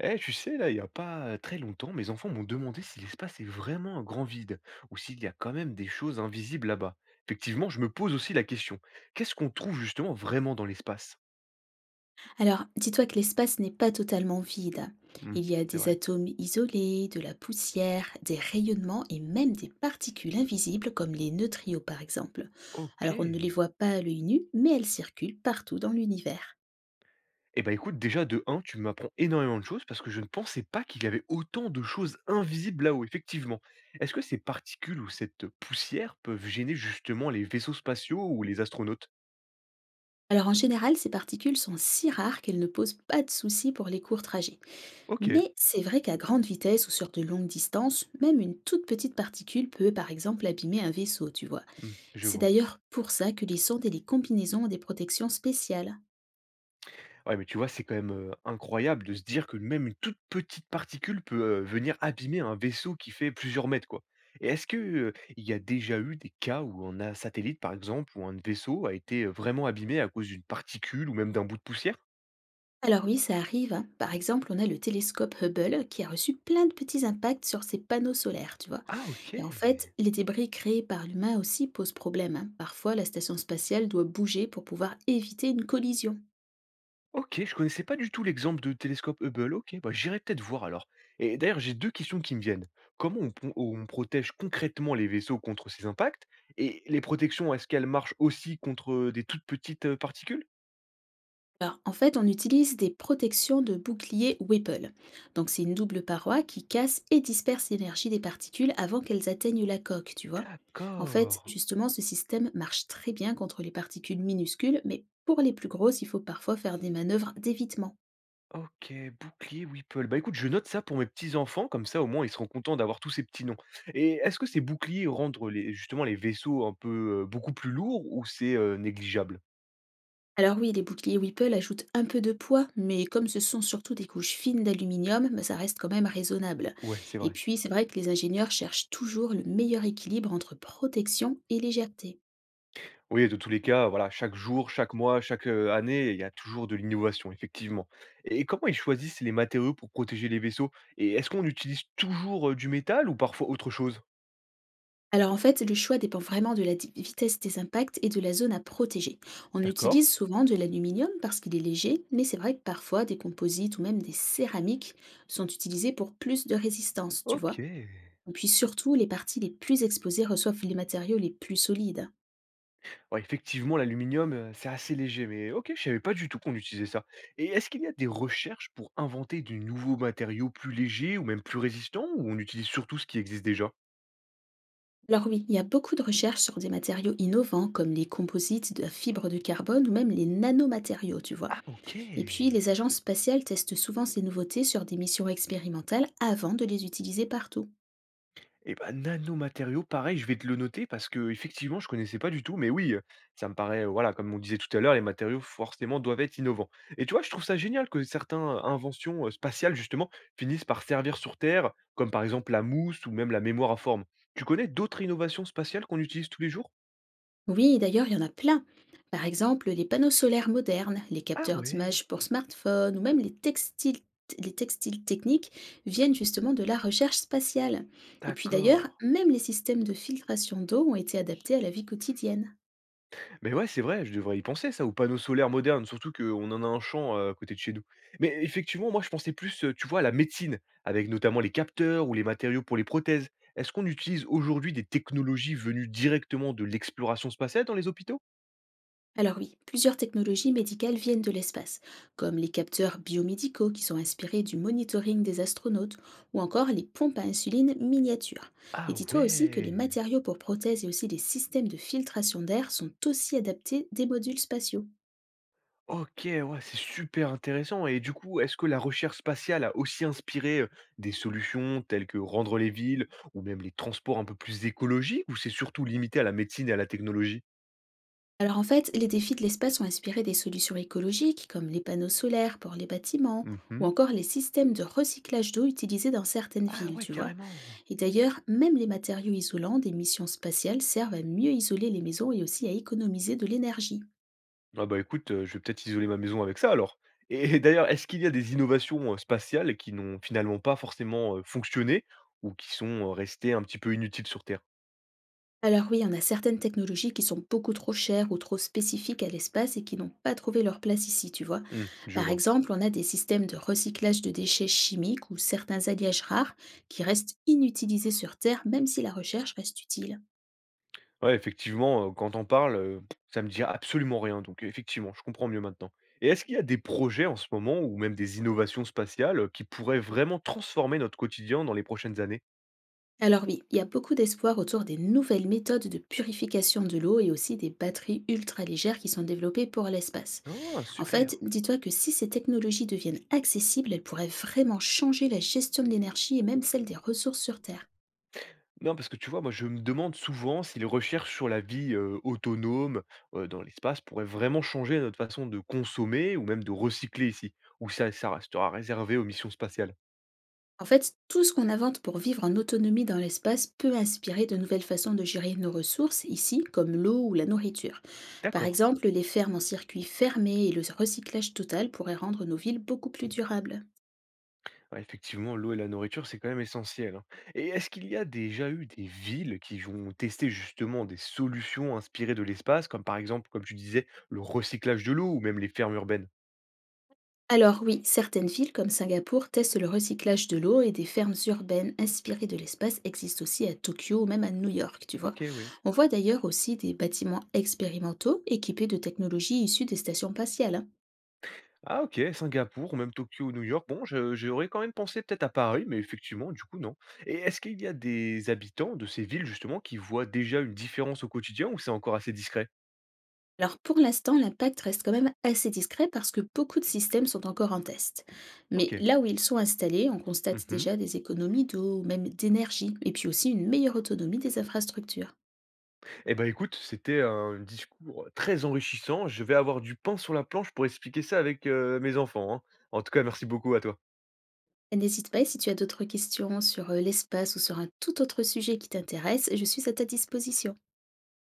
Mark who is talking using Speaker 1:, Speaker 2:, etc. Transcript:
Speaker 1: Eh, tu sais, là, il n'y a pas très longtemps, mes enfants m'ont demandé si l'espace est vraiment un grand vide ou s'il y a quand même des choses invisibles là-bas. Effectivement, je me pose aussi la question. Qu'est-ce qu'on trouve justement vraiment dans l'espace?
Speaker 2: Alors, dis-toi que l'espace n'est pas totalement vide.
Speaker 1: Hmm,
Speaker 2: Il y a
Speaker 1: C'est
Speaker 2: des
Speaker 1: vrai.
Speaker 2: atomes isolés, de la poussière, des rayonnements et même des particules invisibles comme les neutrinos par exemple.
Speaker 1: Ok.
Speaker 2: Alors on ne les voit pas à l'œil nu, mais elles circulent partout dans l'univers.
Speaker 1: Eh ben écoute, déjà de un, tu m'apprends énormément de choses parce que je ne pensais pas qu'il y avait autant de choses invisibles là-haut, effectivement. Est-ce que ces particules ou cette poussière peuvent gêner justement les vaisseaux spatiaux ou les astronautes?
Speaker 2: Alors en général, ces particules sont si rares qu'elles ne posent pas de soucis pour les courts trajets.
Speaker 1: Ok,
Speaker 2: Mais c'est vrai qu'à grande vitesse ou sur de longues distances, même une toute petite particule peut par exemple abîmer un vaisseau, tu vois.
Speaker 1: hmm, je
Speaker 2: C'est
Speaker 1: vois.
Speaker 2: d'ailleurs pour ça que les sondes et les combinaisons ont des protections spéciales.
Speaker 1: Ouais, mais tu vois, c'est quand même, incroyable de se dire que même une toute petite particule peut, venir abîmer un vaisseau qui fait plusieurs mètres, quoi. Et est-ce que, il y a déjà eu des cas où un satellite, par exemple, où un vaisseau a été vraiment abîmé à cause d'une particule ou même d'un bout de poussière?
Speaker 2: Alors oui, ça arrive, hein. Par exemple, on a le télescope Hubble qui a reçu plein de petits impacts sur ses panneaux solaires, tu vois.
Speaker 1: Ah OK.
Speaker 2: Et en fait, les débris créés par l'humain aussi posent problème, hein. Parfois, la station spatiale doit bouger pour pouvoir éviter une collision.
Speaker 1: OK, je connaissais pas du tout l'exemple de télescope Hubble. OK, bah, j'irai peut-être voir alors. Et d'ailleurs, j'ai 2 questions qui me viennent. Comment on protège concrètement les vaisseaux contre ces impacts? Et les protections, est-ce qu'elles marchent aussi contre des toutes petites, particules?
Speaker 2: Alors, en fait, on utilise des protections de bouclier Whipple. Donc, c'est une double paroi qui casse et disperse l'énergie des particules avant qu'elles atteignent la coque, tu vois. En
Speaker 1: D'accord.
Speaker 2: fait, justement, ce système marche très bien contre les particules minuscules, mais pour les plus grosses, il faut parfois faire des manœuvres d'évitement.
Speaker 1: OK, bouclier Whipple. Bah, écoute, je note ça pour mes petits-enfants, comme ça, au moins, ils seront contents d'avoir tous ces petits noms. Et est-ce que ces boucliers rendent les justement les vaisseaux un peu, beaucoup plus lourds ou c'est, négligeable?
Speaker 2: Alors oui, les boucliers Whipple ajoutent un peu de poids, mais comme ce sont surtout des couches fines d'aluminium, bah, ça reste quand même raisonnable.
Speaker 1: Ouais, c'est
Speaker 2: Et
Speaker 1: vrai.
Speaker 2: puis, c'est vrai que les ingénieurs cherchent toujours le meilleur équilibre entre protection et légèreté.
Speaker 1: Oui, de tous les cas, voilà, chaque jour, chaque mois, chaque, année, il y a toujours de l'innovation, effectivement. Et comment ils choisissent les matériaux pour protéger les vaisseaux? Et est-ce qu'on utilise toujours, du métal ou parfois autre chose?
Speaker 2: Alors en fait, le choix dépend vraiment de la vitesse des impacts et de la zone à protéger. On
Speaker 1: D'accord.
Speaker 2: utilise souvent de l'aluminium parce qu'il est léger, mais c'est vrai que parfois des composites ou même des céramiques sont utilisés pour plus de résistance, tu vois.
Speaker 1: OK.
Speaker 2: Et puis surtout, les parties les plus exposées reçoivent les matériaux les plus solides.
Speaker 1: Ouais, effectivement, l'aluminium, c'est assez léger, mais OK, je savais pas du tout qu'on utilisait ça. Et est-ce qu'il y a des recherches pour inventer de nouveaux matériaux plus légers ou même plus résistants, ou on utilise surtout ce qui existe déjà?
Speaker 2: Alors oui, il y a beaucoup de recherches sur des matériaux innovants comme les composites de la fibre de carbone ou même les nanomatériaux, tu vois.
Speaker 1: Ah OK!
Speaker 2: Et puis les agences spatiales testent souvent ces nouveautés sur des missions expérimentales avant de les utiliser partout.
Speaker 1: Et bah, nanomatériaux, pareil, je vais te le noter parce que effectivement, je connaissais pas du tout, mais oui, ça me paraît, voilà, comme on disait tout à l'heure, les matériaux forcément doivent être innovants. Et tu vois, je trouve ça génial que certains inventions, spatiales justement, finissent par servir sur Terre, comme par exemple la mousse ou même la mémoire à forme. Tu connais d'autres innovations spatiales qu'on utilise tous les jours?
Speaker 2: Oui, d'ailleurs, il y en a plein. Par exemple, les panneaux solaires modernes, les
Speaker 1: Ah
Speaker 2: capteurs d'images
Speaker 1: ouais,
Speaker 2: pour smartphones ou même les textiles techniques viennent justement de la recherche spatiale. Et puis d'ailleurs,
Speaker 1: d'accord.
Speaker 2: même les systèmes de filtration d'eau ont été adaptés à la vie quotidienne.
Speaker 1: Mais ouais, c'est vrai, je devrais y penser ça, aux panneaux solaires modernes, surtout qu'on en a un champ, à côté de chez nous. Mais effectivement, moi je pensais plus, tu vois, à la médecine, avec notamment les capteurs ou les matériaux pour les prothèses. Est-ce qu'on utilise aujourd'hui des technologies venues directement de l'exploration spatiale dans les hôpitaux?
Speaker 2: Alors oui, plusieurs technologies médicales viennent de l'espace, comme les capteurs biomédicaux qui sont inspirés du monitoring des astronautes, ou encore les pompes à insuline miniatures. Et
Speaker 1: Ah
Speaker 2: dis-toi aussi que les
Speaker 1: ouais!
Speaker 2: matériaux pour prothèses et aussi les systèmes de filtration d'air sont aussi adaptés des modules spatiaux.
Speaker 1: OK, ouais, c'est super intéressant et du coup, est-ce que la recherche spatiale a aussi inspiré, des solutions telles que rendre les villes ou même les transports un peu plus écologiques ou c'est surtout limité à la médecine et à la technologie?
Speaker 2: Alors en fait, les défis de l'espace ont inspiré des solutions écologiques comme les panneaux solaires pour les bâtiments, ou
Speaker 1: Mmh.
Speaker 2: encore les systèmes de recyclage d'eau utilisés dans certaines
Speaker 1: Ah
Speaker 2: villes,
Speaker 1: ouais,
Speaker 2: tu vois.
Speaker 1: carrément!
Speaker 2: Et d'ailleurs, même les matériaux isolants des missions spatiales servent à mieux isoler les maisons et aussi à économiser de l'énergie.
Speaker 1: Ah bah, écoute, je vais peut-être isoler ma maison avec ça alors et d'ailleurs, est-ce qu'il y a des innovations, spatiales qui n'ont finalement pas forcément, fonctionné ou qui sont, restées un petit peu inutiles sur Terre?
Speaker 2: Alors oui, on a certaines technologies qui sont beaucoup trop chères ou trop spécifiques à l'espace et qui n'ont pas trouvé leur place ici, tu vois.
Speaker 1: Mmh, je
Speaker 2: Par
Speaker 1: vois.
Speaker 2: exemple, on a des systèmes de recyclage de déchets chimiques ou certains alliages rares qui restent inutilisés sur Terre même si la recherche reste utile.
Speaker 1: Ouais, effectivement, quand on parles, ça me dit absolument rien donc effectivement, je comprends mieux maintenant et est-ce qu'il y a des projets en ce moment ou même des innovations spatiales, qui pourraient vraiment transformer notre quotidien dans les prochaines années?
Speaker 2: Alors oui, il y a beaucoup d'espoir autour des nouvelles méthodes de purification de l'eau et aussi des batteries ultra légères qui sont développées pour l'espace.
Speaker 1: Ah
Speaker 2: En
Speaker 1: super!
Speaker 2: fait, dis-toi que si ces technologies deviennent accessibles, elles pourraient vraiment changer la gestion de l'énergie et même celle des ressources sur Terre.
Speaker 1: Non, parce que tu vois, moi, je me demande souvent si les recherches sur la vie autonome dans l'espace pourraient vraiment changer notre façon de consommer ou même de recycler ici, ou ça restera réservé aux missions spatiales.
Speaker 2: En fait, tout ce qu'on invente pour vivre en autonomie dans l'espace peut inspirer de nouvelles façons de gérer nos ressources ici, comme l'eau ou la nourriture. Par
Speaker 1: D'accord.
Speaker 2: exemple, les fermes en circuit fermé et le recyclage total pourraient rendre nos villes beaucoup plus durables.
Speaker 1: Ouais, effectivement, l'eau et la nourriture, c'est quand même essentiel, hein. Et est-ce qu'il y a déjà eu des villes qui ont testé justement des solutions inspirées de l'espace, comme par exemple, comme tu disais, le recyclage de l'eau ou même les fermes urbaines?
Speaker 2: Alors oui, certaines villes comme Singapour testent le recyclage de l'eau et des fermes urbaines inspirées de l'espace existent aussi à Tokyo ou même à New York, tu vois.
Speaker 1: Ok, oui.
Speaker 2: On voit d'ailleurs aussi des bâtiments expérimentaux équipés de technologies issues des stations spatiales, hein.
Speaker 1: Ah OK, Singapour ou même Tokyo ou New York. Bon, je j'aurais quand même pensé peut-être à Paris, mais effectivement, du coup, non. Et est-ce qu'il y a des habitants de ces villes justement qui voient déjà une différence au quotidien ou c'est encore assez discret?
Speaker 2: Alors pour l'instant, l'impact reste quand même assez discret parce que beaucoup de systèmes sont encore en test. Mais
Speaker 1: OK.
Speaker 2: là où ils sont installés, on
Speaker 1: Mmh
Speaker 2: constate
Speaker 1: mh.
Speaker 2: déjà des économies d'eau ou même d'énergie, et puis aussi une meilleure autonomie des infrastructures.
Speaker 1: Et bah, écoute, c'était un discours très enrichissant. Je vais avoir du pain sur la planche pour expliquer ça avec, mes enfants, hein. En tout cas, merci beaucoup à toi.
Speaker 2: Et n'hésite pas, et si tu as d'autres questions sur, l'espace ou sur un tout autre sujet qui t'intéresse, je suis à ta disposition.